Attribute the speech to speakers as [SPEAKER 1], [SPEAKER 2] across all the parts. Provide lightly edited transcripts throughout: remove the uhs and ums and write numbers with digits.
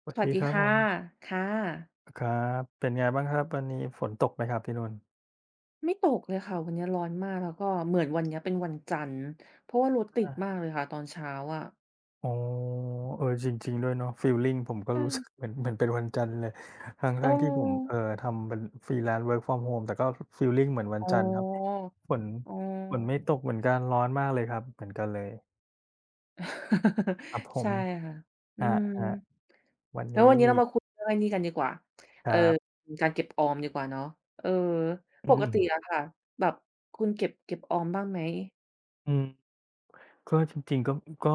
[SPEAKER 1] ส
[SPEAKER 2] ส
[SPEAKER 1] วัส
[SPEAKER 2] วัส
[SPEAKER 1] ดี
[SPEAKER 2] ดี
[SPEAKER 1] ครับผ
[SPEAKER 2] ค่ะ
[SPEAKER 1] ม
[SPEAKER 2] ค่ะ
[SPEAKER 1] ครับเป็นไงบ้างครับวันนี้ฝนตกไหมครับที่นู่น
[SPEAKER 2] ไม่ตกเลยค่ะวันนี้ร้อนมากแล้วก็เหมือนวันเนี้ยเป็นวันจันทร์เพราะว่ารถติดมากเลยค่ะตอนเช้าอะ
[SPEAKER 1] อ๋อเออจริงๆด้วยเนาะฟีลลิงผมก็
[SPEAKER 2] ใช่
[SPEAKER 1] รู้สึกเหมือน เหมือนเป็นวันจันทร์เลยท
[SPEAKER 2] เอ
[SPEAKER 1] ั้งๆที่ผม
[SPEAKER 2] อ
[SPEAKER 1] ทำเป็น Freelance Work from Home แต่ก็ฟีลลิงเหมือนวัน
[SPEAKER 2] อ๋
[SPEAKER 1] จันทร์ครับ
[SPEAKER 2] อ
[SPEAKER 1] ฝน
[SPEAKER 2] อ๋อ
[SPEAKER 1] ฝนไม่ตกเหมือนกันร้อนมากเลยครับเหมือนกันเลย ครับผม
[SPEAKER 2] ใช่ค่ะ
[SPEAKER 1] ค
[SPEAKER 2] อื
[SPEAKER 1] รับ
[SPEAKER 2] ม
[SPEAKER 1] ๆวัน
[SPEAKER 2] แล้ว
[SPEAKER 1] นี้
[SPEAKER 2] วันนี้
[SPEAKER 1] มี
[SPEAKER 2] เรามาคุยเรื่องไอ้นี่กันดีกว่า
[SPEAKER 1] ค
[SPEAKER 2] เออ
[SPEAKER 1] รับ
[SPEAKER 2] การเก็บออมดีกว่าเนาะเออป
[SPEAKER 1] อื
[SPEAKER 2] ก
[SPEAKER 1] ม
[SPEAKER 2] ติอะค่ะแบบคุณเก็บออมบ้างไหม
[SPEAKER 1] อืม ก็จริงๆก็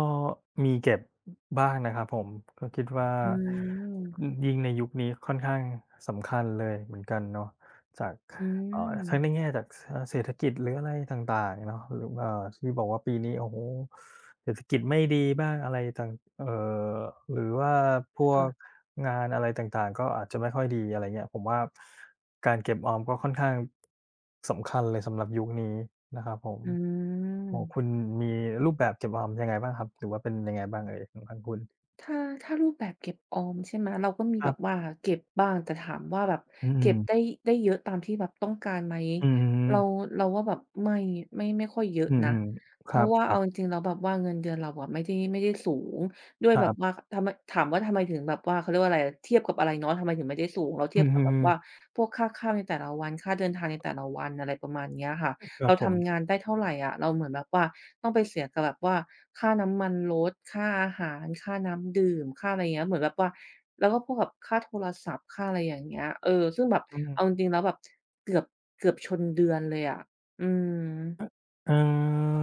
[SPEAKER 1] มีเก็บบ้างนะครับผมก็คิดว่า
[SPEAKER 2] อืม
[SPEAKER 1] อืมยิ่งในยุคนี้ค่อนข้างสำคัญเลยเหมือนกันเนาะจาก
[SPEAKER 2] อืม
[SPEAKER 1] ทั้งในแง่จากเศรษฐกิจหรืออะไรต่างๆเนาะหรือที่บอกว่าปีนี้โอ้โฮเศรษฐกิจไม่ดีบ้างอะไรต่างเอ่อหรือว่าพว
[SPEAKER 2] ค่ะ
[SPEAKER 1] ก งานอะไรต่างๆก็อาจจะไม่ค่อยดีอะไรเงี้ยผมว่าการเก็บออมก็ค่อนข้างสำคัญเลยสำหรับยุคนี้นะครับผม
[SPEAKER 2] อื
[SPEAKER 1] โอ้คุณ
[SPEAKER 2] ม
[SPEAKER 1] มีรูปแบบเก็บออมยังไงบ้างครับหรือว่าเป็นยังไงบ้างเอ่ยของทางคุณ
[SPEAKER 2] ถ้าถ้ารูปแบบเก็บออมใช่ไหมเราก็มี
[SPEAKER 1] ค
[SPEAKER 2] แบ
[SPEAKER 1] รั
[SPEAKER 2] บ
[SPEAKER 1] บ
[SPEAKER 2] ว่าเก็บบ้างแต่ถามว่าแบบ
[SPEAKER 1] อื
[SPEAKER 2] เก็บได้
[SPEAKER 1] ม
[SPEAKER 2] ได้เยอะตามที่แบบต้องการไหม
[SPEAKER 1] อือฮึ
[SPEAKER 2] เราเราว่าแบบไม่ค่อยเยอะ
[SPEAKER 1] อื
[SPEAKER 2] นะ
[SPEAKER 1] มๆค
[SPEAKER 2] เพ
[SPEAKER 1] ร
[SPEAKER 2] ราะว่า
[SPEAKER 1] ั
[SPEAKER 2] เอา
[SPEAKER 1] บ
[SPEAKER 2] จ
[SPEAKER 1] ๆ
[SPEAKER 2] ริงๆแล้วแบบว่าเงินเดือนเราอะไม่ได้สูงด้วย
[SPEAKER 1] ค
[SPEAKER 2] แบ
[SPEAKER 1] รั
[SPEAKER 2] บว่า
[SPEAKER 1] บ
[SPEAKER 2] ทำไมถามว่าทำไมถึงแบบว่าเขาเรียกว่าอะไรอะเทียบกับอะไรเนาะทำไมถึงไม่ได้สูงเราเที
[SPEAKER 1] อื
[SPEAKER 2] ยบ
[SPEAKER 1] อ
[SPEAKER 2] กับ
[SPEAKER 1] ฮึ
[SPEAKER 2] แบบว่าพวกค่าข้าวในแต่ละวันค่าเดินทางในแต่ละวันอะไรประมาณเนี้ยค่ะ
[SPEAKER 1] ครั
[SPEAKER 2] เรา
[SPEAKER 1] บผ
[SPEAKER 2] ทำงาน
[SPEAKER 1] ม
[SPEAKER 2] ได้เท่าไรอะเราเหมือนแบบว่าต้องไปเสียกับแบบว่าค่าน้ำมันรถค่าอาหารค่าน้ำดื่มค่าอะไรอย่างเงี้ยเหมือนแบบว่าแล้วก็พวกแบบค่าโทรศัพท์ค่าอะไรอย่างเงี้ยเออซึ่งแบบ
[SPEAKER 1] อื
[SPEAKER 2] เอาจ
[SPEAKER 1] ม
[SPEAKER 2] ริงๆแล้วแบบเกือบเกือบชนเดือนเลยอะอืม
[SPEAKER 1] เอ่อ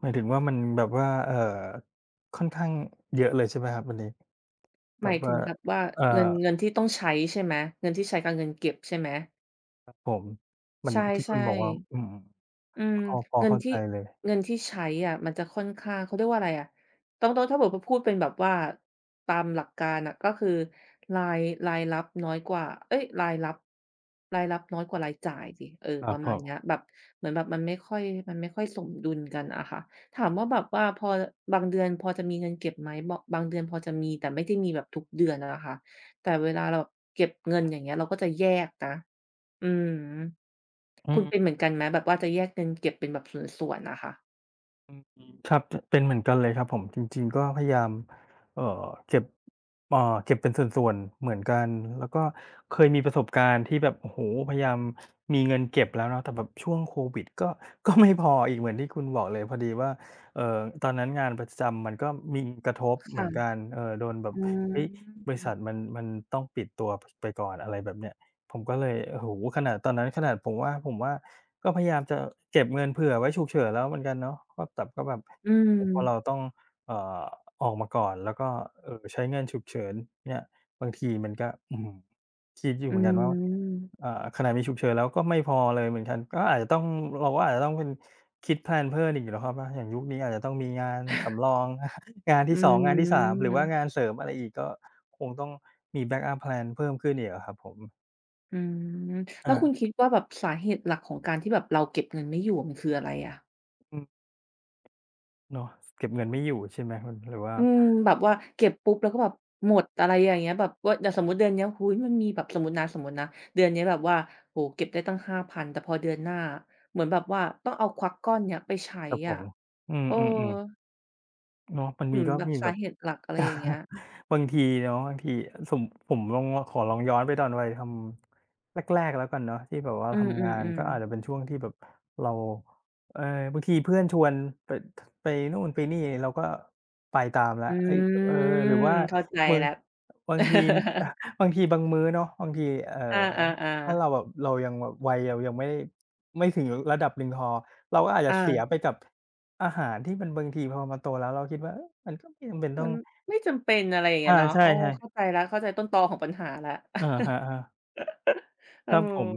[SPEAKER 1] หมายถึงว่ามันแบบว่าค่อนข้างเยอะเลยใช่ไหมครับอันนี้
[SPEAKER 2] ห
[SPEAKER 1] แบ
[SPEAKER 2] มา
[SPEAKER 1] บ
[SPEAKER 2] ยถึ
[SPEAKER 1] ว่า
[SPEAKER 2] งแบบว่า
[SPEAKER 1] เอ่อ
[SPEAKER 2] เงินที่ต้องใช้ใช่ไหมเงินที่ใช้กับเงินเก็บใช่ไหม
[SPEAKER 1] ครับผมมั
[SPEAKER 2] ใช
[SPEAKER 1] นที่คุ
[SPEAKER 2] ่
[SPEAKER 1] ณบอกว่าอืม
[SPEAKER 2] ๆ อืม
[SPEAKER 1] พอ
[SPEAKER 2] เงิน
[SPEAKER 1] เข้า
[SPEAKER 2] ที่
[SPEAKER 1] ใจเลย
[SPEAKER 2] เงินที่ใช้อะมันจะค่อนข้างเขาเรียกว่าอะไรอะต้องถ้าเกิดว่าพูดเป็นแบบว่าตามหลักการอะก็คือรายรายรับน้อยกว่าเอ๊ยรายรับรายรับน้อยกว่ารายจ่ายสิเออ
[SPEAKER 1] ค
[SPEAKER 2] ป
[SPEAKER 1] รับ
[SPEAKER 2] ระ
[SPEAKER 1] ผ
[SPEAKER 2] มาณเนี้ย
[SPEAKER 1] ม
[SPEAKER 2] แบบเหมือนแบบมันไม่ค่อยสมดุลกันอะค่ะถามว่าแบบว่าพอบางเดือนพอจะมีเงินเก็บไหมบบางเดือนพอจะมีแต่ไม่ได้มีแบบทุกเดือนอะนะคะแต่เวลาเราแบบเก็บเงินอย่างเงี้ยเราก็จะแยกนะอือฮึ
[SPEAKER 1] อื
[SPEAKER 2] คุณเป็นเห
[SPEAKER 1] ม
[SPEAKER 2] มือนกันไหมแบบว่าจะแยกเงินเก็บเป็นแบบส่วนๆน่ะค่ะ
[SPEAKER 1] ครับจเป็นเหมือนกันเลยครับผมจริงๆก็พยายามเก็บเก็บเป็นส่วนๆเหมือนกันแล้วก็เคยมีประสบการณ์ที่แบบโอ้โฮพยายามมีเงินเก็บแล้วเนาะแต่แบบช่วงโควิดก็ ก็ไม่พออีกเหมือนที่คุณบอกเลยพอดีว่าตอนนั้นงานประจำมันก็มีกระทบเหมือน
[SPEAKER 2] ค่ะ
[SPEAKER 1] กันโดนแบบ
[SPEAKER 2] อื
[SPEAKER 1] เฮ้ย
[SPEAKER 2] ม
[SPEAKER 1] บริษัทมันต้องปิดตัวไปก่อนอะไรแบบเนี้ยผมก็เลยโอ้โฮขนาดตอนนั้นขนาดผมว่า ก็พยายามจะเก็บเงินเผื่อไว้ฉุกเฉินแล้วเหมือนกันเนาะก็แบบ
[SPEAKER 2] อื
[SPEAKER 1] โอ้โฮพอเรา
[SPEAKER 2] ม
[SPEAKER 1] ต้องเอ่อออกมาก่อนแล้วก็ใช้เงินฉุกเฉินเนี่ยบางทีมันก็อื้อฮือคิดอยู่
[SPEAKER 2] อื
[SPEAKER 1] เหมือนกันว่า
[SPEAKER 2] ม
[SPEAKER 1] อ่าขนาดมีฉุกเฉินแล้วก็ไม่พอเลยเหมือนกันก็อาจจะต้องเราก็อาจจะต้องเป็นคิดแพลนเพิ่มอีกเนาะครับนะอย่างยุคนี้อาจจะต้องมีงานสำรอง งาน
[SPEAKER 2] อื
[SPEAKER 1] ที่2งงานที่3ห
[SPEAKER 2] ม
[SPEAKER 1] รือว่างานเสริมอะไรอีกก็คงต้องมี back up plan เพิ่มขึ้นอีกอะครับผม
[SPEAKER 2] อืมแล้ว
[SPEAKER 1] อา
[SPEAKER 2] คุณคิดว่าแบบสาเหตุหลักของการที่แบบเราเก็บเงินไม่อยู่มันคืออะไรอะ
[SPEAKER 1] อืมเนาะเก็บเงินไม่อยู่ใช่ไหมคุณหรือว่า
[SPEAKER 2] อืมแบบว่าเก็บปุ๊บแล้วก็แบบหมดอะไรอย่างเงี้ยแบบว่าอย่างสมมุติเดือนเนี้ยอุ๊ยมันมีแบบสมมุตินะสมมุตินะเดือนเนี้ยแบบว่าโอ้โฮเก็บได้ตั้ง5,000แต่พอเดือนหน้าเหมือนแบบว่าต้องเอาควักก้อนเนี้ยไปใช้
[SPEAKER 1] ครับผ
[SPEAKER 2] อะ
[SPEAKER 1] มอื
[SPEAKER 2] เออ
[SPEAKER 1] มๆๆเนาะมัน
[SPEAKER 2] เห
[SPEAKER 1] มี
[SPEAKER 2] มือน
[SPEAKER 1] ก็
[SPEAKER 2] แบบ
[SPEAKER 1] มีแบ
[SPEAKER 2] สา
[SPEAKER 1] บ
[SPEAKER 2] เหตุหลักอะไรอย่างเงี้ย
[SPEAKER 1] บางทีเนาะบางทีสมผมลองขอลองย้อนไปตอนวัยทำแรกๆแล้วกันเนาะที่แบบว่า
[SPEAKER 2] อืมอื
[SPEAKER 1] ทำ
[SPEAKER 2] ม
[SPEAKER 1] งาน
[SPEAKER 2] อืม
[SPEAKER 1] ก็อาจจะเป็นช่วงที่แบบเราเออบางทีเพื่อนชวนไปไปนู่นไปนี่เราก็ไปตามแล้
[SPEAKER 2] อื
[SPEAKER 1] วเอ้ยเออ
[SPEAKER 2] ม
[SPEAKER 1] หรือว่า
[SPEAKER 2] เข้าใจ
[SPEAKER 1] มือ
[SPEAKER 2] แล้ว
[SPEAKER 1] บางที บางทีบางมื้อเนาะบางทีเอ่อ
[SPEAKER 2] อา
[SPEAKER 1] ถ้า
[SPEAKER 2] ๆๆ
[SPEAKER 1] เราแบบเรายังแบบวัยเรายังไม่ได้ไม่ถึงระดับหนึ่งพอเราก็อาจจะ
[SPEAKER 2] อา
[SPEAKER 1] เสียไปกับอาหารที่มันบางทีพอมาโตแล้วเราคิดว่าเอ้ยมันก็ไม่จำเป็น
[SPEAKER 2] มั
[SPEAKER 1] ต้อ
[SPEAKER 2] น
[SPEAKER 1] ง
[SPEAKER 2] ไม่จำเป็นอะไรอย่างเงี้
[SPEAKER 1] อา
[SPEAKER 2] ยเนาะ
[SPEAKER 1] ใช่
[SPEAKER 2] อ้อเข้าใจแล้วเข้าใจต้นตอของปัญหาแล้ว
[SPEAKER 1] ๆอาครับๆ
[SPEAKER 2] เออ
[SPEAKER 1] ครับผม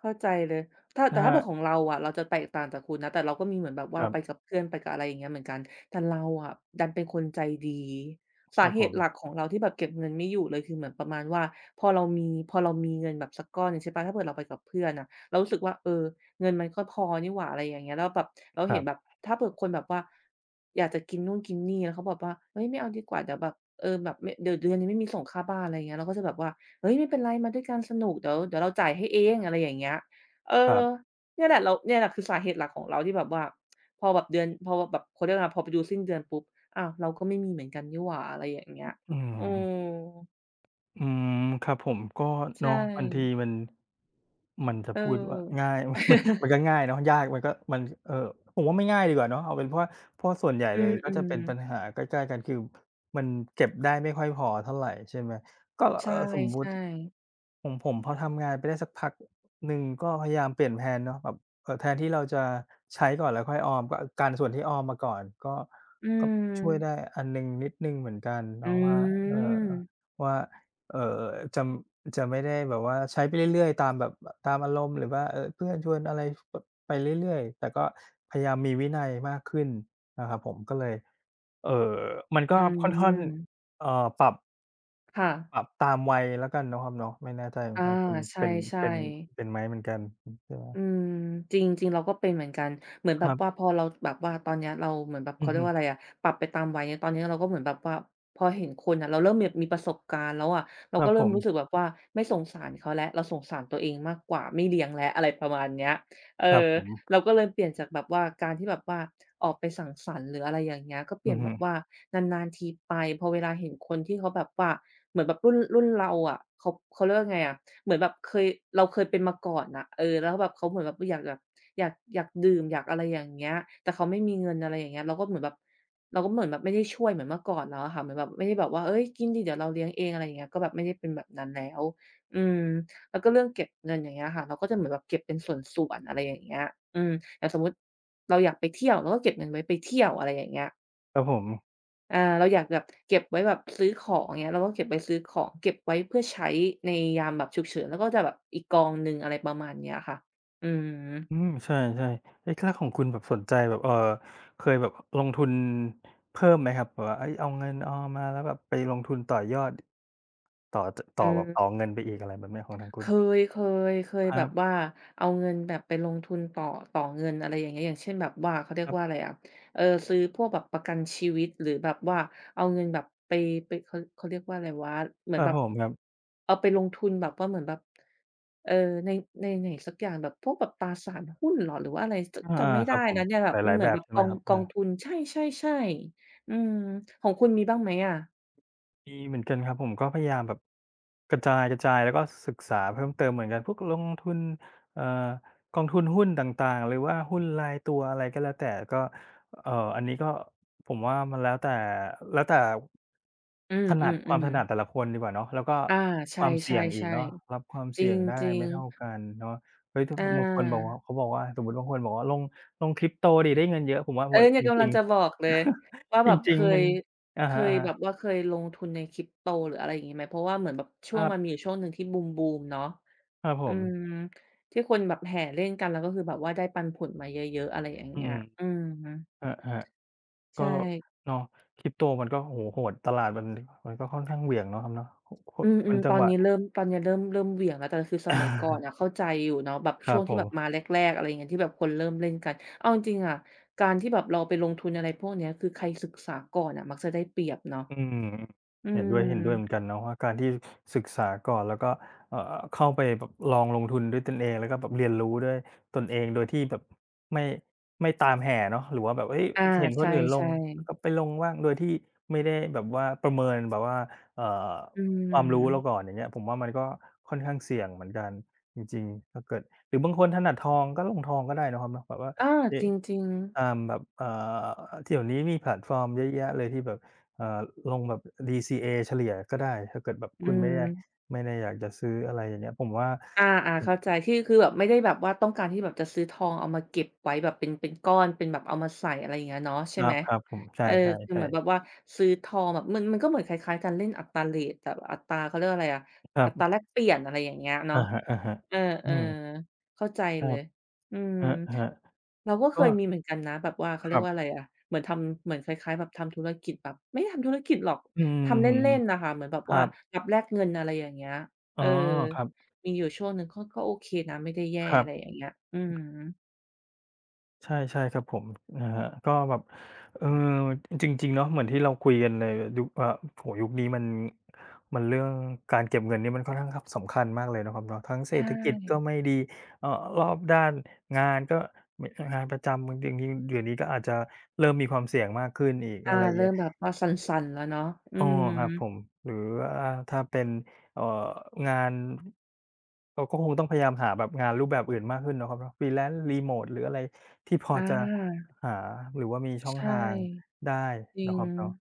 [SPEAKER 2] เข้าใจเลยถ้า
[SPEAKER 1] อะ
[SPEAKER 2] แต่ถ้า
[SPEAKER 1] ฮะ
[SPEAKER 2] เผื่อของเราอะเราจะแตกต่างจากคุณนะแต่เราก็มีเหมือนแบบ
[SPEAKER 1] ค
[SPEAKER 2] ว่า
[SPEAKER 1] รั
[SPEAKER 2] ไป
[SPEAKER 1] บ
[SPEAKER 2] กับเพื่อนไปกับอะไรอย่างเงี้ยเหมือนกันแต่เราอะดันเป็นคนใจดี
[SPEAKER 1] ค
[SPEAKER 2] สา
[SPEAKER 1] รับ
[SPEAKER 2] เห
[SPEAKER 1] ผม
[SPEAKER 2] ตุหลักของเราที่แบบเก็บเงินไม่อยู่เลยคือเหมือนประมาณว่าพอเรามีเงินแบบสักก้อนหนึ่งใช่เปล่าถ้าเผื่อเราไปกับเพื่อนน่ะเรารู้สึกว่าเออเงินมันก็พอนี่หว่าอะไรอย่างเงี้ยแล้วแบบเรา
[SPEAKER 1] ค
[SPEAKER 2] เห็
[SPEAKER 1] รั
[SPEAKER 2] นแบบ
[SPEAKER 1] บ
[SPEAKER 2] ถ้าเผื่อคนแบบว่าอยากจะกินนู่นกินนี่แล้วเขาบอกว่าเฮ้ยไม่เอาดีกว่าเดี๋ยวแบบเออแบบไม่เดี๋ยวเดือนนี้ไม่มีส่งค่าบ้านอะไรอย่างเงี้ยเราก็จะแบบว่า เฮ้ยไม่เป็นไรมาด้วยกันสนุกเดี๋ยวเราจ่ายให้เองอะไรอย่างเงี้ยเอ
[SPEAKER 1] ครั
[SPEAKER 2] อ
[SPEAKER 1] บ
[SPEAKER 2] เนี่ยแหละเราเนี่ยแหละคือสาเหตุหลักของเราที่แบบว่าพอแบบเดือนพอแบบเขาเรียกว่าอะไรพอไปดูสิ้นเดือนปุ๊บอ้าวเราก็ไม่มีเหมือนกันนี่หว่าอะไรอย่างเงี้ย
[SPEAKER 1] อื
[SPEAKER 2] อื
[SPEAKER 1] ม
[SPEAKER 2] ม
[SPEAKER 1] อืมครับผมก็
[SPEAKER 2] ใช
[SPEAKER 1] เนาะบางที
[SPEAKER 2] ่
[SPEAKER 1] มันมันจะ
[SPEAKER 2] เอ
[SPEAKER 1] พูดว่า
[SPEAKER 2] อ
[SPEAKER 1] ง่าย มันก็ง่ายเนาะยากมันก็มันผมว่าไม่ง่ายดีกว่าเนาะเอาเป็นว่าเพราะส่วนใหญ่
[SPEAKER 2] อื
[SPEAKER 1] เลยก็จะเป็นปัญ
[SPEAKER 2] ม
[SPEAKER 1] หาใกล้ๆกันคือมันเก็บได้ไม่ค่อยพอเท่าไรใช่ไหมก็
[SPEAKER 2] ๆใช
[SPEAKER 1] สมมุ
[SPEAKER 2] ่
[SPEAKER 1] ติ
[SPEAKER 2] ๆ
[SPEAKER 1] ของผมพอทำงานไปได้สักพักหนึ่งก็พยายามเปลี่ยนแพลนเนาะแบบแทนที่เราจะใช้ก่อนแล้วค่อยออมก็กันส่วนที่ออมมาก่อนก็
[SPEAKER 2] อื
[SPEAKER 1] ก็ช่วยได้
[SPEAKER 2] ม
[SPEAKER 1] อันหนึ่งนิดหนึ่งเหมือนกัน
[SPEAKER 2] อื
[SPEAKER 1] เนาะว่าเอ่อ
[SPEAKER 2] ม
[SPEAKER 1] ว่า เอ่อจะจะไม่ได้แบบว่าใช้ไปเรื่อยๆตามแบบตามอารมณ์หรือว่าเพื่อนชวนอะไรแบบไปเรื่อยๆแต่ก็พยายามมีวินัยมากขึ้นนะครับผมก็เลยเอ่อมันก็
[SPEAKER 2] อื
[SPEAKER 1] ค่อนข้าง
[SPEAKER 2] ม
[SPEAKER 1] เอ่อปรับ
[SPEAKER 2] ค่ะ
[SPEAKER 1] ปรับตามวัยแล้วกันเนาะครับเนาะไม่แน่ใจของ
[SPEAKER 2] อา
[SPEAKER 1] ทางคุณ
[SPEAKER 2] ใ
[SPEAKER 1] เป็นเป็
[SPEAKER 2] ช่
[SPEAKER 1] น
[SPEAKER 2] ๆ
[SPEAKER 1] เป็นไหมเหมือนกันใช่ไหม
[SPEAKER 2] อืมจริงๆเราก็เป็นเหมือนกันเหมือน
[SPEAKER 1] ค
[SPEAKER 2] แบบ
[SPEAKER 1] รั
[SPEAKER 2] ว่า
[SPEAKER 1] บ
[SPEAKER 2] พอเราแบบว่าตอนเนี้ยเราเหมือนแบบ
[SPEAKER 1] อื
[SPEAKER 2] เขา
[SPEAKER 1] อ
[SPEAKER 2] เรียก
[SPEAKER 1] ฮึ
[SPEAKER 2] ว่าอะไรอะปรับไปตามวัยตอนนี้เราก็เหมือนแบบว่าพอเห็นคนอะเราเริ่มแบบมีประสบการณ์แล้วอะเรา
[SPEAKER 1] ครั
[SPEAKER 2] ก็
[SPEAKER 1] บ
[SPEAKER 2] เริ่
[SPEAKER 1] ผ
[SPEAKER 2] ม
[SPEAKER 1] ม
[SPEAKER 2] รู้สึกแบบว่าไม่สงสารเขาแล้วเราสงสารตัวเองมากกว่าไม่เลี้ยงแล้วอะไรประมาณเนี้ยเออ
[SPEAKER 1] ครับผม
[SPEAKER 2] เราก็เลยเปลี่ยนจากแบบว่าการที่แบบว่าออกไปสังสรรค์หรืออะไรอย่างเงี้ยก็เป
[SPEAKER 1] อื
[SPEAKER 2] ลี่ยน
[SPEAKER 1] อ
[SPEAKER 2] แบ
[SPEAKER 1] ฮึ
[SPEAKER 2] บว่านานๆทีไปพอเวลาเห็นคนที่เขาแบบว่าเหมือนแบบรุ่นรุ่นเราอะเขาเรียกว่าไงอะ เหมือนแบบเคยเราเคยเป็นมาก่อนน่ะเออแล้วแบบเขาเหมือนแบบอยากแบบอยากดื่มอยากอะไรอย่างเงี้ยแต่เขาไม่มีเงินอะไรอย่างเงี้ยเราก็เหมือนแบบเราก็เหมือนแบบไม่ได้ช่วยเหมือนเมื่อก่อนแล้วอะค่ะเหมือนแบบไม่ได้แบบว่าเฮ้ยกินสิเดี๋ยวเราเลี้ยงเองอะไรอย่างเงี้ยก็แบบไม่ได้เป็นแบบนั้นแล้วอืมแล้วก็เรื่องเก็บเงินอย่างเงี้ยค่ะเราก็จะเหมือนแบบเก็บเป็นส่วนๆอะไรอย่างเงี้ยอืมอย่างสมมุติเราอยากไปเที่ยวเราก็เก็บเงินไว้ไปเที่ยวอะไรอย่างเงี้ย
[SPEAKER 1] ครับผม
[SPEAKER 2] อาเราอยากแบบเก็บไว้แบบซื้อของอย่างเงี้ยเราก็เก็บไว้ซื้อของเก็บไว้เพื่อใช้ในยามแบบฉุกเฉินแล้วก็จะแบบอีกกองหนึ่งอะไรประมาณเนี้ยค่ะอืม
[SPEAKER 1] อืมใช่ๆเอ๊ะแล้วของคุณแบบสนใจแบบเคยแบบลงทุนเพิ่มไหมครับแบบว่าเฮ้ยเอาเงินออมมาแล้วแบบไปลงทุนต่อยอดต่อจ
[SPEAKER 2] อื
[SPEAKER 1] ต่อแบบต่อ
[SPEAKER 2] ม
[SPEAKER 1] เงินไปอีกอะไรแบบเนี้ยของทาง
[SPEAKER 2] เค
[SPEAKER 1] คุณ
[SPEAKER 2] ยเคเคย
[SPEAKER 1] ค
[SPEAKER 2] แบบ
[SPEAKER 1] รับ
[SPEAKER 2] ว่าเอาเงินแบบไปลงทุนต่อเงินอะไรอย่างเงี้ยอย่างเช่นแบบว่าเขาเรี
[SPEAKER 1] ค
[SPEAKER 2] ยก
[SPEAKER 1] รั
[SPEAKER 2] ว่าอะไร
[SPEAKER 1] บ
[SPEAKER 2] อะเออซื้อพวกแบบประกันชีวิตหรือแบบว่าเอาเงินแบบไปเขาเรียกว่าอะไรวะเหมื
[SPEAKER 1] ค
[SPEAKER 2] อน
[SPEAKER 1] รับ
[SPEAKER 2] แบบ
[SPEAKER 1] ผมครับ
[SPEAKER 2] เอาไปลงทุนแบบว่าเหมือนแบบเออในในไหนสักอย่างแบบพวกแบบตราสารหุ้นเหรอหรือว่าอะไรจ
[SPEAKER 1] อา
[SPEAKER 2] จำไม่
[SPEAKER 1] ๆค
[SPEAKER 2] ได้
[SPEAKER 1] รับผม
[SPEAKER 2] นะเนี่ยแบ
[SPEAKER 1] ห
[SPEAKER 2] บอืม
[SPEAKER 1] ลาย
[SPEAKER 2] เห
[SPEAKER 1] ๆ
[SPEAKER 2] มือ
[SPEAKER 1] แบ
[SPEAKER 2] น
[SPEAKER 1] บ
[SPEAKER 2] แบบ
[SPEAKER 1] ใช่
[SPEAKER 2] ก
[SPEAKER 1] ไหม
[SPEAKER 2] อง
[SPEAKER 1] ครับ
[SPEAKER 2] กอ
[SPEAKER 1] อา
[SPEAKER 2] งทุนใช่ๆๆอืมของคุณมีบ้างไหมอะ
[SPEAKER 1] มีเหมือนกันครับผมก็พยายามแบบกระจายแล้วก็ศึกษาเพิ่มเติมเหมือนกันพวกลงทุนเอ่อกองทุนหุ้นต่างๆหรือว่าหุ้นรายตัวอะไรก็แล้วแต่ก็อันนี้ก็ผมว่ามันแล้วแต่
[SPEAKER 2] อื
[SPEAKER 1] ถนัดความ
[SPEAKER 2] ม
[SPEAKER 1] ถ
[SPEAKER 2] ๆ
[SPEAKER 1] นัดแต่
[SPEAKER 2] ๆ
[SPEAKER 1] ละคนดีกว่าเนาะแล้วก็
[SPEAKER 2] อา
[SPEAKER 1] ค
[SPEAKER 2] ใช่
[SPEAKER 1] วามเสี่ยงอีกเนาะรับ
[SPEAKER 2] ๆ
[SPEAKER 1] ความ
[SPEAKER 2] ๆจร
[SPEAKER 1] เสี่ยงได้
[SPEAKER 2] ิง
[SPEAKER 1] ไม่เท่า
[SPEAKER 2] ๆ
[SPEAKER 1] กันเนาะเฮ้ยถ้า
[SPEAKER 2] อ
[SPEAKER 1] บางคนบอก
[SPEAKER 2] า
[SPEAKER 1] ว่าเขาบอกว่าสมมติบางคนบอกว่าลงคริ p โตดีได้เงินเยอะผมว่า
[SPEAKER 2] เอ
[SPEAKER 1] โอ้
[SPEAKER 2] อเนี่
[SPEAKER 1] โจ
[SPEAKER 2] ยกำลั
[SPEAKER 1] ริ
[SPEAKER 2] ง
[SPEAKER 1] ง
[SPEAKER 2] จะบอกเลย
[SPEAKER 1] ๆ
[SPEAKER 2] ว่า
[SPEAKER 1] จ
[SPEAKER 2] แบบ
[SPEAKER 1] ริงๆมั
[SPEAKER 2] ย
[SPEAKER 1] นอะ
[SPEAKER 2] เค
[SPEAKER 1] ฮ
[SPEAKER 2] ยแบ
[SPEAKER 1] ะ
[SPEAKER 2] บว่าเคยลงทุนใน Crypto หรืออะไรอย่างงี้ไหมเพราะว่าเหมือนแบบ
[SPEAKER 1] ๆ
[SPEAKER 2] ช่ว
[SPEAKER 1] ถ้า
[SPEAKER 2] ง
[SPEAKER 1] ฮะ
[SPEAKER 2] มันมีอยู่ช่วงหนึ่งที่บูมๆเนาะ
[SPEAKER 1] ครับผ
[SPEAKER 2] อื
[SPEAKER 1] ม
[SPEAKER 2] มที่คนแบบแห่เล่นกันแล้วก็คือแบบว่าได้ปันผลมาเยอะๆอะไรอย่าง
[SPEAKER 1] อื
[SPEAKER 2] เงี้ย
[SPEAKER 1] ม
[SPEAKER 2] อืม
[SPEAKER 1] ๆครับๆก็
[SPEAKER 2] ใช่
[SPEAKER 1] เนาะ Crypto มันก็โอ้โฮโหดตลาดมันก็ค่อนข้างเหวี่ยงเนาะครับเนาะคค
[SPEAKER 2] อื
[SPEAKER 1] นคน
[SPEAKER 2] ม
[SPEAKER 1] จั
[SPEAKER 2] ๆต
[SPEAKER 1] ง
[SPEAKER 2] อ
[SPEAKER 1] ห
[SPEAKER 2] น
[SPEAKER 1] วะ
[SPEAKER 2] นี้เริ่มตอนนี้เริ่มเริ่มเหวี่ยงแล้วแต่คือสมัยก่อนอะเข้าใจอยู่เนาะแบบ
[SPEAKER 1] ค
[SPEAKER 2] ช่
[SPEAKER 1] รั
[SPEAKER 2] ว
[SPEAKER 1] บ
[SPEAKER 2] ง
[SPEAKER 1] ผ
[SPEAKER 2] ที่แบบมาแ
[SPEAKER 1] ม
[SPEAKER 2] รกๆอะไรอย่างเงี้ยที่แบบคนเริ่มเล่นกันเอาจริงๆอะการที่แบบเราไปลงทุนอะไรพวกเนี้ยคือใครศึกษาก่อนอะมักจะได้เปรียบเนาะ
[SPEAKER 1] อืม
[SPEAKER 2] อื
[SPEAKER 1] เห็นด้วยเหมือนกั
[SPEAKER 2] ม
[SPEAKER 1] นเนาะว่าการที่ศึกษาก่อนแล้วก็เข้าไปแบบลองลงทุนด้วยตนเองแล้วก็แบบเรียนรู้ด้วยตนเองโดยที่แบบไม่ไม่ตามแห่เนาะหรือว่าแบบเอ้ย
[SPEAKER 2] อา
[SPEAKER 1] เห็นคนอื่นล
[SPEAKER 2] ใช่
[SPEAKER 1] งก็
[SPEAKER 2] ๆ
[SPEAKER 1] ไปลงว่างโดยที่ไม่ได้แบบว่าประเมินแบบว่าเอ่อ
[SPEAKER 2] อื
[SPEAKER 1] ความรู้เรา
[SPEAKER 2] ม
[SPEAKER 1] ก่อนอย่างเงี้ยผมว่ามันก็ค่อนข้างเสี่ยงเหมือนกันจริงๆถ้าเกิดหรือบางคนถนัดทองก็ลงทองก็ได้เนาะครับเนอะแบบว่า
[SPEAKER 2] อาจ
[SPEAKER 1] เอ๊ะ
[SPEAKER 2] ริง
[SPEAKER 1] ตา
[SPEAKER 2] ๆ
[SPEAKER 1] มแบบที่เดี๋ยวนี้มีแพลตฟอร์มเยอะแยะเลยที่แบบ เอ่อลงแบบ DCA เฉลี่ยก็ได้ถ้าเกิดแบบ
[SPEAKER 2] อื
[SPEAKER 1] คุณไม่ได้
[SPEAKER 2] ม
[SPEAKER 1] ไม่ได้อยากจะซื้ออะไรอย่างเงี้ยผมว่า
[SPEAKER 2] อาๆ
[SPEAKER 1] อื
[SPEAKER 2] เข้า
[SPEAKER 1] ม
[SPEAKER 2] ใจคือแบบไม่ได้แบบว่าต้องการที่แบบจะซื้อทองเอามาเก็บไว้แบบเป็นก้อนเป็นแบบเอามาใส่อะไรอย่างเงี้ยเนาะ
[SPEAKER 1] ค
[SPEAKER 2] ใช่ไหม
[SPEAKER 1] รับๆผมใช
[SPEAKER 2] เออคือเห
[SPEAKER 1] ่
[SPEAKER 2] มือน
[SPEAKER 1] ๆ
[SPEAKER 2] แบบ
[SPEAKER 1] ๆ
[SPEAKER 2] ว่าซื้อทองแบบมันก็เหมือนคล้ายๆการเล่นอัตราเรตแต่อัตราเขาเรียกว่าอะไรอะ
[SPEAKER 1] ครั
[SPEAKER 2] อัตรา
[SPEAKER 1] บ
[SPEAKER 2] แลกเปลี่ยนอะไรอย่างเงี้ยเนาะ
[SPEAKER 1] อะฮะ
[SPEAKER 2] เอ
[SPEAKER 1] ๆอื
[SPEAKER 2] อ
[SPEAKER 1] ม
[SPEAKER 2] ๆเข้าใจ
[SPEAKER 1] ครั
[SPEAKER 2] เลย
[SPEAKER 1] บ
[SPEAKER 2] อืม
[SPEAKER 1] อะฮะ
[SPEAKER 2] เราก็เค
[SPEAKER 1] ก็
[SPEAKER 2] ยมีเหมือนกันนะแบบว่าเขา
[SPEAKER 1] ค
[SPEAKER 2] เรีย
[SPEAKER 1] รั
[SPEAKER 2] กว่าอะไร
[SPEAKER 1] บ
[SPEAKER 2] อะเหมือนทำเหมือนคล้ายๆแบบทำธุรกิจแบบไม่ได้ทำธุรกิจหรอก
[SPEAKER 1] อื
[SPEAKER 2] ทำเ
[SPEAKER 1] ม
[SPEAKER 2] ล่นๆน่ะค่ะเหมือนแบบ
[SPEAKER 1] ครั
[SPEAKER 2] ว่า
[SPEAKER 1] บ
[SPEAKER 2] รับแลกเงินอะไรอย่างเงี้ยเอ
[SPEAKER 1] อ๋อ
[SPEAKER 2] อ
[SPEAKER 1] ครับ
[SPEAKER 2] มีอยู่ช่วงหนึ่งก็ก็โอเคนะไม่ได้แย่
[SPEAKER 1] ครั
[SPEAKER 2] อะ
[SPEAKER 1] บ
[SPEAKER 2] ไรอย่างเงี้ยอืม
[SPEAKER 1] ใช่ใช่ครับผมนะฮะก็แบบเอ่อจริงๆเนาะเหมือนที่เราคุยกันในยุคอ่าโอ้โฮยุคนี้มันเรื่องการเก็บเงินนี่มันค่อนข้างครับสำคัญมากเลยนะครับเนาะทั้ง
[SPEAKER 2] ใช
[SPEAKER 1] เศรษฐกิจก็
[SPEAKER 2] ่
[SPEAKER 1] ไม่ดีเอ่อรอบด้านงานก็มงานประจำบางทีเดี๋ยวนี้ก็อาจจะเริ่มมีความเสี่ยงมากขึ้นอีก
[SPEAKER 2] อา
[SPEAKER 1] อะไร
[SPEAKER 2] เริ่
[SPEAKER 1] เงี้ย
[SPEAKER 2] มแบบว่าสั่นๆแล้วเนาะอื
[SPEAKER 1] อ๋อ
[SPEAKER 2] ม
[SPEAKER 1] ครับผมหรือว่าถ้าเป็นเอ่องานเราก็คงต้องพยายามหาแบบงานรูปแบบอื่นมากขึ้นเนาะครับเนาะ Freelance Remote หรืออะไรที่พอ
[SPEAKER 2] อ
[SPEAKER 1] จะ
[SPEAKER 2] า
[SPEAKER 1] หาหรือว่ามีช่อง
[SPEAKER 2] ใช่
[SPEAKER 1] ทางได้
[SPEAKER 2] จริ
[SPEAKER 1] เนาะ
[SPEAKER 2] ง
[SPEAKER 1] ครับเนาะ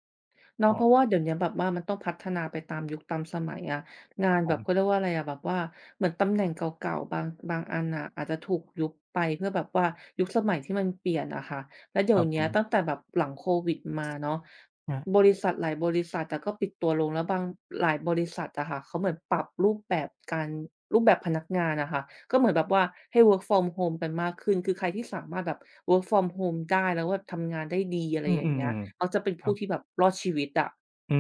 [SPEAKER 2] เนาะ
[SPEAKER 1] อ๋อ
[SPEAKER 2] เพราะว่าเดี๋ยวเนี้ยแบบว่ามันต้องพัฒนาไปตามยุคตามสมัยอะ
[SPEAKER 1] ค
[SPEAKER 2] งา
[SPEAKER 1] รับ
[SPEAKER 2] น
[SPEAKER 1] ผ
[SPEAKER 2] แบบเขาเรี
[SPEAKER 1] ม
[SPEAKER 2] ยกว่าอะไรอะแบบว่าเหมือนตำแหน่งเก่าๆบางอันน่ะอาจจะถูกยุบไปเพื่อแบบว่ายุคสมัยที่มันเปลี่ยนอะค่ะแล้วเดี๋
[SPEAKER 1] ค
[SPEAKER 2] ยว
[SPEAKER 1] รับผ
[SPEAKER 2] เนี้ยตั้ง
[SPEAKER 1] ม
[SPEAKER 2] แต่แบบหลังโควิดมาเนาะ
[SPEAKER 1] อร
[SPEAKER 2] บริษัทหลายบริษัทอะก็ปิดตัวลงแล้วบางหลายบริษัทอะค่ะเขาเหมือนปรับรูปแบบการรูปแบบพนักงานอะค่ะก็เหมือนแบบว่าให้ work from home กันมากขึ้นคือใครที่สามารถแบบ work from home ได้แล้วแบบทำงานได้ดีอะไร
[SPEAKER 1] อื
[SPEAKER 2] อย่างเงี้ย
[SPEAKER 1] ม
[SPEAKER 2] มัก
[SPEAKER 1] ๆ
[SPEAKER 2] จะเป็น
[SPEAKER 1] ๆค
[SPEAKER 2] ผู้
[SPEAKER 1] รับ
[SPEAKER 2] ที่แบบรอดชีวิตอะ
[SPEAKER 1] อื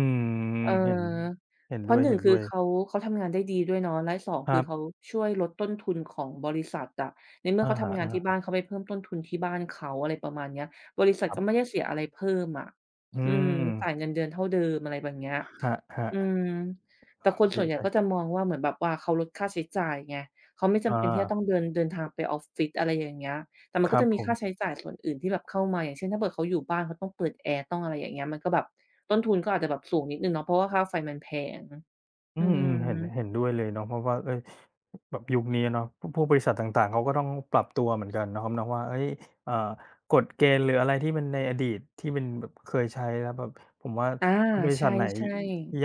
[SPEAKER 2] เอ
[SPEAKER 1] มเห็น
[SPEAKER 2] อ
[SPEAKER 1] เห็น
[SPEAKER 2] เพ
[SPEAKER 1] ด้
[SPEAKER 2] ราะหนึ่งคือ
[SPEAKER 1] วยๆ
[SPEAKER 2] เขาทำงานได้ดีด้วยเนาะและสอง
[SPEAKER 1] ค
[SPEAKER 2] คื
[SPEAKER 1] รั
[SPEAKER 2] อเขา
[SPEAKER 1] บ
[SPEAKER 2] ช่วยลดต้นทุนของบริษัทอะในเมื่อ
[SPEAKER 1] อะ
[SPEAKER 2] เขา
[SPEAKER 1] ฮะ
[SPEAKER 2] ทำงานที่บ้านเขาไปเพิ่มต้นทุนที่บ้านเขาอะไรประมาณเนี้ยบริษั
[SPEAKER 1] ๆ
[SPEAKER 2] ท
[SPEAKER 1] ครับ
[SPEAKER 2] ก็ไม่ได้เสียอะไรเพิ่มอะ
[SPEAKER 1] อื
[SPEAKER 2] อืม
[SPEAKER 1] ม
[SPEAKER 2] จ่ายเงินเดือนเท่าเดิมอะไรแบบเนี้ย
[SPEAKER 1] ครั
[SPEAKER 2] อืม
[SPEAKER 1] บ
[SPEAKER 2] แต่คน
[SPEAKER 1] ๆดี
[SPEAKER 2] ส่วนใหญ่
[SPEAKER 1] เล
[SPEAKER 2] ก็
[SPEAKER 1] ย
[SPEAKER 2] จะมองว่าเหมือนแบบว่าเขาลดค่าใช้จ่ายไงเขาไม่จำเป็นที่จะ
[SPEAKER 1] อา
[SPEAKER 2] ต้องเดินเดินทางไปออฟฟิศอะไรอย่างเงี้ยแต่มัน
[SPEAKER 1] ค
[SPEAKER 2] ก็
[SPEAKER 1] รับ
[SPEAKER 2] จะมี
[SPEAKER 1] ผม
[SPEAKER 2] ค่าใช้จ่ายส่วนอื่นที่แบบเข้ามาอย่างเช่นถ้าเกิดเขาอยู่บ้านเขาต้องเปิดแอร์ต้องอะไรอย่างเงี้ยมันก็แบบ ต้นทุนก็อาจจะแบบสูงนิดหนึ่งเนาะเพราะว่าค่าไฟมันแพง
[SPEAKER 1] อื
[SPEAKER 2] อือ
[SPEAKER 1] ม
[SPEAKER 2] ฮึ
[SPEAKER 1] อืมเห็นเห็นด้วยเลยเนาะเพราะว่าเอ้ยแบบยุคนี้เนาะพวกบริษัทต่างๆเขาก็ต้องปรับตัวเหมือนกันนะครับเนาะว่าเอ้ยเอ่อกฎเกณฑ์หรืออะไรที่มันในอดีตที่มันแบบเคยใช้แล้วแบบผมว่า
[SPEAKER 2] อา
[SPEAKER 1] บริษั
[SPEAKER 2] ใช่
[SPEAKER 1] ทไหน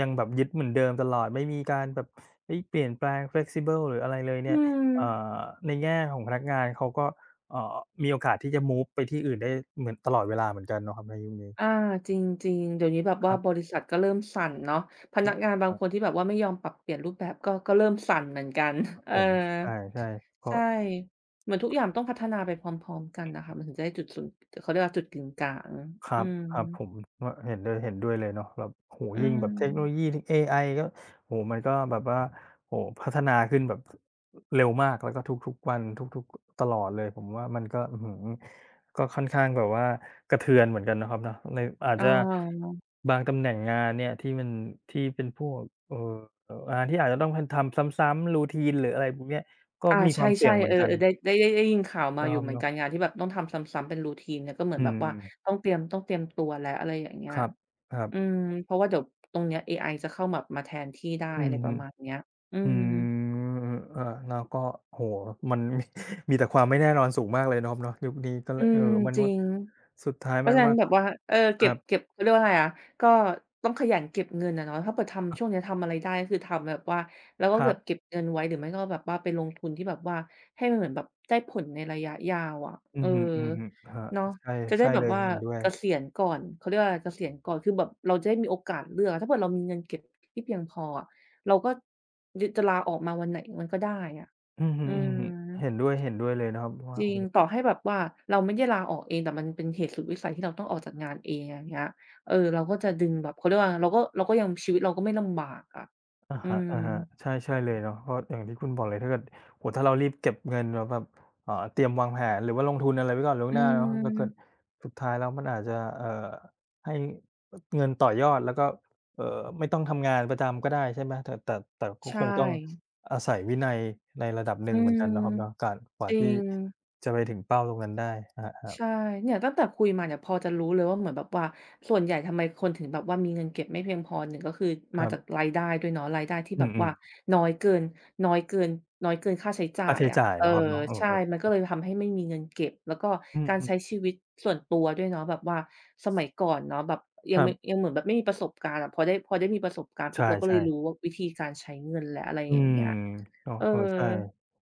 [SPEAKER 1] ยังแบบยึดเหมือนเดิมตลอดไม่มีการแบบเอ้ยเปลี่ยนแปลง flexible หรืออะไรเลย
[SPEAKER 2] อื
[SPEAKER 1] เนี่ย
[SPEAKER 2] ม
[SPEAKER 1] เอ่อในแง่ของพนักงานเขาก็เอ่อมีโอกาสที่จะมูฟไปที่อื่นได้เหมือนตลอดเวลาเหมือนกันเนาะครับในยุคนี้
[SPEAKER 2] อาจริงๆเดี๋ยวนี้แบบ
[SPEAKER 1] ค
[SPEAKER 2] ว่า
[SPEAKER 1] รั
[SPEAKER 2] บ
[SPEAKER 1] บ
[SPEAKER 2] ริษัทก็เริ่มสั่นเนาะพ
[SPEAKER 1] อื
[SPEAKER 2] นัก
[SPEAKER 1] ม
[SPEAKER 2] งาน
[SPEAKER 1] ค
[SPEAKER 2] บาง
[SPEAKER 1] รั
[SPEAKER 2] คนที่
[SPEAKER 1] บ
[SPEAKER 2] แบบว่าไม่ยอมปรับเปลี่ยนรูปแบบก็เริ่มสั่นเหมือนกัน เอ
[SPEAKER 1] ผ
[SPEAKER 2] อ
[SPEAKER 1] มใช่ใช่ก็
[SPEAKER 2] ใช่เหมือนทุกอย่างต้องพัฒนาไปพร้อมๆกันน่ะค่ะมันถึงจะได้จุดศูนย์เขาเรียกว่าจุดกึ่งกลาง
[SPEAKER 1] ครั
[SPEAKER 2] อื
[SPEAKER 1] บ
[SPEAKER 2] ม
[SPEAKER 1] ครับผมว่าเห็นด้วยเลยเนาะแบบโอ้โฮ
[SPEAKER 2] อื
[SPEAKER 1] ยิ่งแบบ
[SPEAKER 2] ม
[SPEAKER 1] เทคโนโลยีเอไอก็โอ้โฮมันก็แบบว่าโอ้โฮพัฒนาขึ้นแบบเร็วมากแล้วก็ทุกๆวันทุกๆตลอดเลยผมว่ามันก็อื้อฮือก็ค่อนข้างแบบว่ากระเทือนเหมือนกันเนาะครับเนาะเลยอาจ
[SPEAKER 2] อ
[SPEAKER 1] จะ
[SPEAKER 2] า
[SPEAKER 1] บางตำแหน่งงานเนี่ยที่มันที่เป็นพวกเอ่องานที่อาจจะต้องทำซ้ำๆ routine หรืออะไรพวกเนี้ยก็
[SPEAKER 2] อา
[SPEAKER 1] มี
[SPEAKER 2] ใช
[SPEAKER 1] ความเสี่
[SPEAKER 2] ่
[SPEAKER 1] ยงเห
[SPEAKER 2] ๆ
[SPEAKER 1] มื
[SPEAKER 2] เอ
[SPEAKER 1] อน
[SPEAKER 2] อ
[SPEAKER 1] กัน
[SPEAKER 2] ๆได้ได้ยินข่าวมาอ
[SPEAKER 1] เนาะค
[SPEAKER 2] ยู่
[SPEAKER 1] รับ
[SPEAKER 2] เหมือนกั
[SPEAKER 1] เนาะ
[SPEAKER 2] นงานที่แบบต้องทำซ้ำๆเป็น routine เนี่ยก็เหมือน
[SPEAKER 1] อื
[SPEAKER 2] แบบ
[SPEAKER 1] ม
[SPEAKER 2] ว่าต้องเตรียมต้องเตรียมตัวแล้วอะไรอย่างเงี้ย
[SPEAKER 1] ครับ
[SPEAKER 2] อื
[SPEAKER 1] ๆ
[SPEAKER 2] มเพราะว่าเดี๋ยวตรงเนี้ยAIจะเข้าแบบมาแทนที่ได้
[SPEAKER 1] อื
[SPEAKER 2] อะ
[SPEAKER 1] อ
[SPEAKER 2] ไรป
[SPEAKER 1] ฮึ
[SPEAKER 2] ระมาณเนี้ยอื
[SPEAKER 1] อื
[SPEAKER 2] ม
[SPEAKER 1] มเออแล้วก็โอ้โฮมันมีแต่ความไม่แน่นอนสูงมากเลยเนาะครับเนาะยุคนี้ก็
[SPEAKER 2] อื
[SPEAKER 1] เลยเออ
[SPEAKER 2] ม
[SPEAKER 1] มัน
[SPEAKER 2] จริ
[SPEAKER 1] ว่า
[SPEAKER 2] ง
[SPEAKER 1] สุดท้าย
[SPEAKER 2] เพราะ
[SPEAKER 1] มัน
[SPEAKER 2] ฉะนั้น
[SPEAKER 1] ว่า
[SPEAKER 2] แบบว่าเออ
[SPEAKER 1] ค
[SPEAKER 2] เก็
[SPEAKER 1] รั
[SPEAKER 2] บ
[SPEAKER 1] บ
[SPEAKER 2] เก็บเขาเรียกว่าอะไรอะก็ต้องขยันเก็บเงินอะเนาะถ้าเกิดทำช่วงเนี้ยทำอะไรได้ก็คือทำแบบว่าแล้วก็
[SPEAKER 1] ครั
[SPEAKER 2] แบ
[SPEAKER 1] บ
[SPEAKER 2] บเก็บเงินไว้หรือไม่ก็แบบว่าไปลงทุนที่แบบว่าให้มันเหมือนแบบได้ผลในระยะยาวอะเอ
[SPEAKER 1] อื
[SPEAKER 2] อ
[SPEAKER 1] อฮึๆครับ
[SPEAKER 2] เนาะ
[SPEAKER 1] ใช่
[SPEAKER 2] จะได้
[SPEAKER 1] ใช่
[SPEAKER 2] แบ
[SPEAKER 1] เล
[SPEAKER 2] บ
[SPEAKER 1] ย
[SPEAKER 2] ว่า
[SPEAKER 1] เห็นด้วย
[SPEAKER 2] เกษียณก่อนเขาเรียกว่าอะไรเกษียณก่อนคือแบบเราจะได้มีโอกาสเลือกอะถ้าเกิดเรามีเงินเก็บที่เพียงพออะเราก็ยจะลาออกมาวันไหนมันก็ได้อะ
[SPEAKER 1] อือฮึ
[SPEAKER 2] อืม
[SPEAKER 1] ๆเห็นด้วยๆเลยนะครับ
[SPEAKER 2] จ
[SPEAKER 1] ว่า
[SPEAKER 2] ริ
[SPEAKER 1] โอ้โฮ
[SPEAKER 2] งต่อให้แบบว่าเราไม่ได้ลาออกเองแต่มันเป็นเหตุสุดวิสัยที่เราต้องออกจากงานเองอย่างเงี้ยเออเราก็จะดึงแบบเขาเรียกว่าเราก็ยังชีวิตเราก็ไม่ลำบากอะ
[SPEAKER 1] อะ
[SPEAKER 2] อื
[SPEAKER 1] ฮ
[SPEAKER 2] ม
[SPEAKER 1] ะๆใช่ใช่เลยเนาะเพราะอย่างที่คุณบอกเลยถ้าเกิดโอ้โฮถ้าเรารีบเก็บเงินแล้วแบบเตรียมวางแผนหรือว่าลงทุนอะไรไว้ก่อนล่วง
[SPEAKER 2] อื
[SPEAKER 1] หน้าเนาะถ้าเกิด
[SPEAKER 2] ม
[SPEAKER 1] สุดท้ายแล้วมันอาจจะให้เงินต่อยอดแล้วก็เอ่อไม่ต้องทำงานประจำก็ได้ใช่ไหมแต่ก็ค
[SPEAKER 2] ใช่
[SPEAKER 1] งต้องอาศัยวินัยในระดับห
[SPEAKER 2] อื
[SPEAKER 1] นึ่งเหมือน
[SPEAKER 2] ม
[SPEAKER 1] กันเนาะครับเนาะการก
[SPEAKER 2] จ
[SPEAKER 1] ว่า
[SPEAKER 2] ริ
[SPEAKER 1] ที่
[SPEAKER 2] ง
[SPEAKER 1] จะไปถึงเป้าตรงนั้นได้อะ
[SPEAKER 2] ใช่
[SPEAKER 1] ฮะ
[SPEAKER 2] เนี่ยตั้งแต่คุยมาเนี่ยพอจะรู้เลยว่าเหมือนแบบว่าส่วนใหญ่ทำไมคนถึงแบบว่ามีเงินเก็บไม่เพียงพอหนึ่งก็คือ
[SPEAKER 1] ค
[SPEAKER 2] มา
[SPEAKER 1] รั
[SPEAKER 2] จาก
[SPEAKER 1] บ
[SPEAKER 2] รายได้ด้วยเนาะรายได้ที่
[SPEAKER 1] อื
[SPEAKER 2] แบบว่า
[SPEAKER 1] มๆ
[SPEAKER 2] น้อยเกินน้อยเกินน้อยเกินค่าใช้จ่า
[SPEAKER 1] ค่า
[SPEAKER 2] ย
[SPEAKER 1] ใช้
[SPEAKER 2] อะ
[SPEAKER 1] จ่าย
[SPEAKER 2] เออ
[SPEAKER 1] เนาะครับเนาะเอ
[SPEAKER 2] ใช่
[SPEAKER 1] อ
[SPEAKER 2] มัน
[SPEAKER 1] ๆ
[SPEAKER 2] ก็เลยทำให้ไม่มีเงินเก็บแล้วก็
[SPEAKER 1] อื
[SPEAKER 2] การ
[SPEAKER 1] ม
[SPEAKER 2] ใช้
[SPEAKER 1] ๆ
[SPEAKER 2] ชีวิตส่วนตัวด้วยเนาะแบบว่าสมัยก่อนเนาะแบบยั
[SPEAKER 1] ค
[SPEAKER 2] ง
[SPEAKER 1] รั
[SPEAKER 2] ไม่
[SPEAKER 1] บ
[SPEAKER 2] ยังเหมือนแบบไม่มีประสบการณ์อะพอได้มีประสบการณ์
[SPEAKER 1] ใช
[SPEAKER 2] ปุ๊บเราก็เลย
[SPEAKER 1] ่
[SPEAKER 2] รู้
[SPEAKER 1] ๆ
[SPEAKER 2] ว่าวิธีการใช้เงินและอะไร
[SPEAKER 1] อื
[SPEAKER 2] อย่าง
[SPEAKER 1] ม
[SPEAKER 2] เงี้ย
[SPEAKER 1] เ๋อ
[SPEAKER 2] เออ
[SPEAKER 1] เออใช่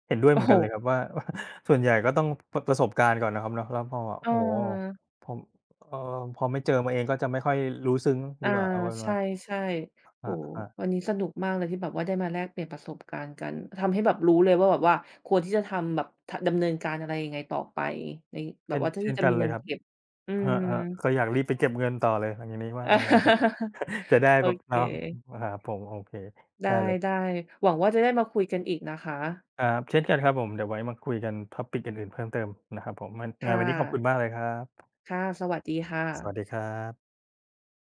[SPEAKER 1] เห็นด้วย
[SPEAKER 2] โอ้
[SPEAKER 1] เหมือน
[SPEAKER 2] โฮ
[SPEAKER 1] กันเลยครับว่า ว่าส่วนใหญ่ก็ต้องปประสบการณ์ก่อนนะครับเนาะแล้วพอ
[SPEAKER 2] เอ
[SPEAKER 1] โอ้โฮ
[SPEAKER 2] อ
[SPEAKER 1] พอเอ่อพอไม่เจอมาเองก็จะไม่ค่อยรู้ซึ้งดี
[SPEAKER 2] อา
[SPEAKER 1] กว่าเอาเป็น
[SPEAKER 2] ใช
[SPEAKER 1] ว่า
[SPEAKER 2] ่ๆ
[SPEAKER 1] ค
[SPEAKER 2] โอ้โฮ
[SPEAKER 1] รั
[SPEAKER 2] วัน
[SPEAKER 1] บ
[SPEAKER 2] นี้สนุกมากเลยที่แบบว่าได้มาแลกเปลี่ยนประสบการณ์กันทำให้แบบรู้เลยว่าแบบว่าควรที่จะทำแบบทดำเนินการอะไรยังไงต่อไปใน
[SPEAKER 1] ๆ
[SPEAKER 2] แบ
[SPEAKER 1] เช่
[SPEAKER 2] บ
[SPEAKER 1] น
[SPEAKER 2] ว่าเพื่อ
[SPEAKER 1] เช่
[SPEAKER 2] ที่
[SPEAKER 1] น
[SPEAKER 2] จะ
[SPEAKER 1] กั
[SPEAKER 2] มี
[SPEAKER 1] นเล
[SPEAKER 2] เงิ
[SPEAKER 1] ย
[SPEAKER 2] น
[SPEAKER 1] ครับ
[SPEAKER 2] เก็บอื
[SPEAKER 1] ค
[SPEAKER 2] ม
[SPEAKER 1] รับๆก็อยากรีบไปเก็บเงินต่อเลยหลังจากนี้ว่าโอ้โฮจะได้ จะ ได้
[SPEAKER 2] โอ
[SPEAKER 1] แบบ
[SPEAKER 2] เ
[SPEAKER 1] เนาะ
[SPEAKER 2] ค
[SPEAKER 1] ครับผมโอเค
[SPEAKER 2] ไ
[SPEAKER 1] ได้เลย
[SPEAKER 2] ด้ๆหวังว่าจะได้มาคุยกันอีกนะคะ
[SPEAKER 1] ครับเช่นกันครับผมเดี๋ยวไว้มาคุยกัน topic อื่นๆเพิ่มเติมนะครับผมมันยังไง
[SPEAKER 2] ค่ะ
[SPEAKER 1] วันนี้ขอบคุณมากเลยครับ
[SPEAKER 2] ค่ะสวัสดีค่ะ
[SPEAKER 1] สวัสดีครับ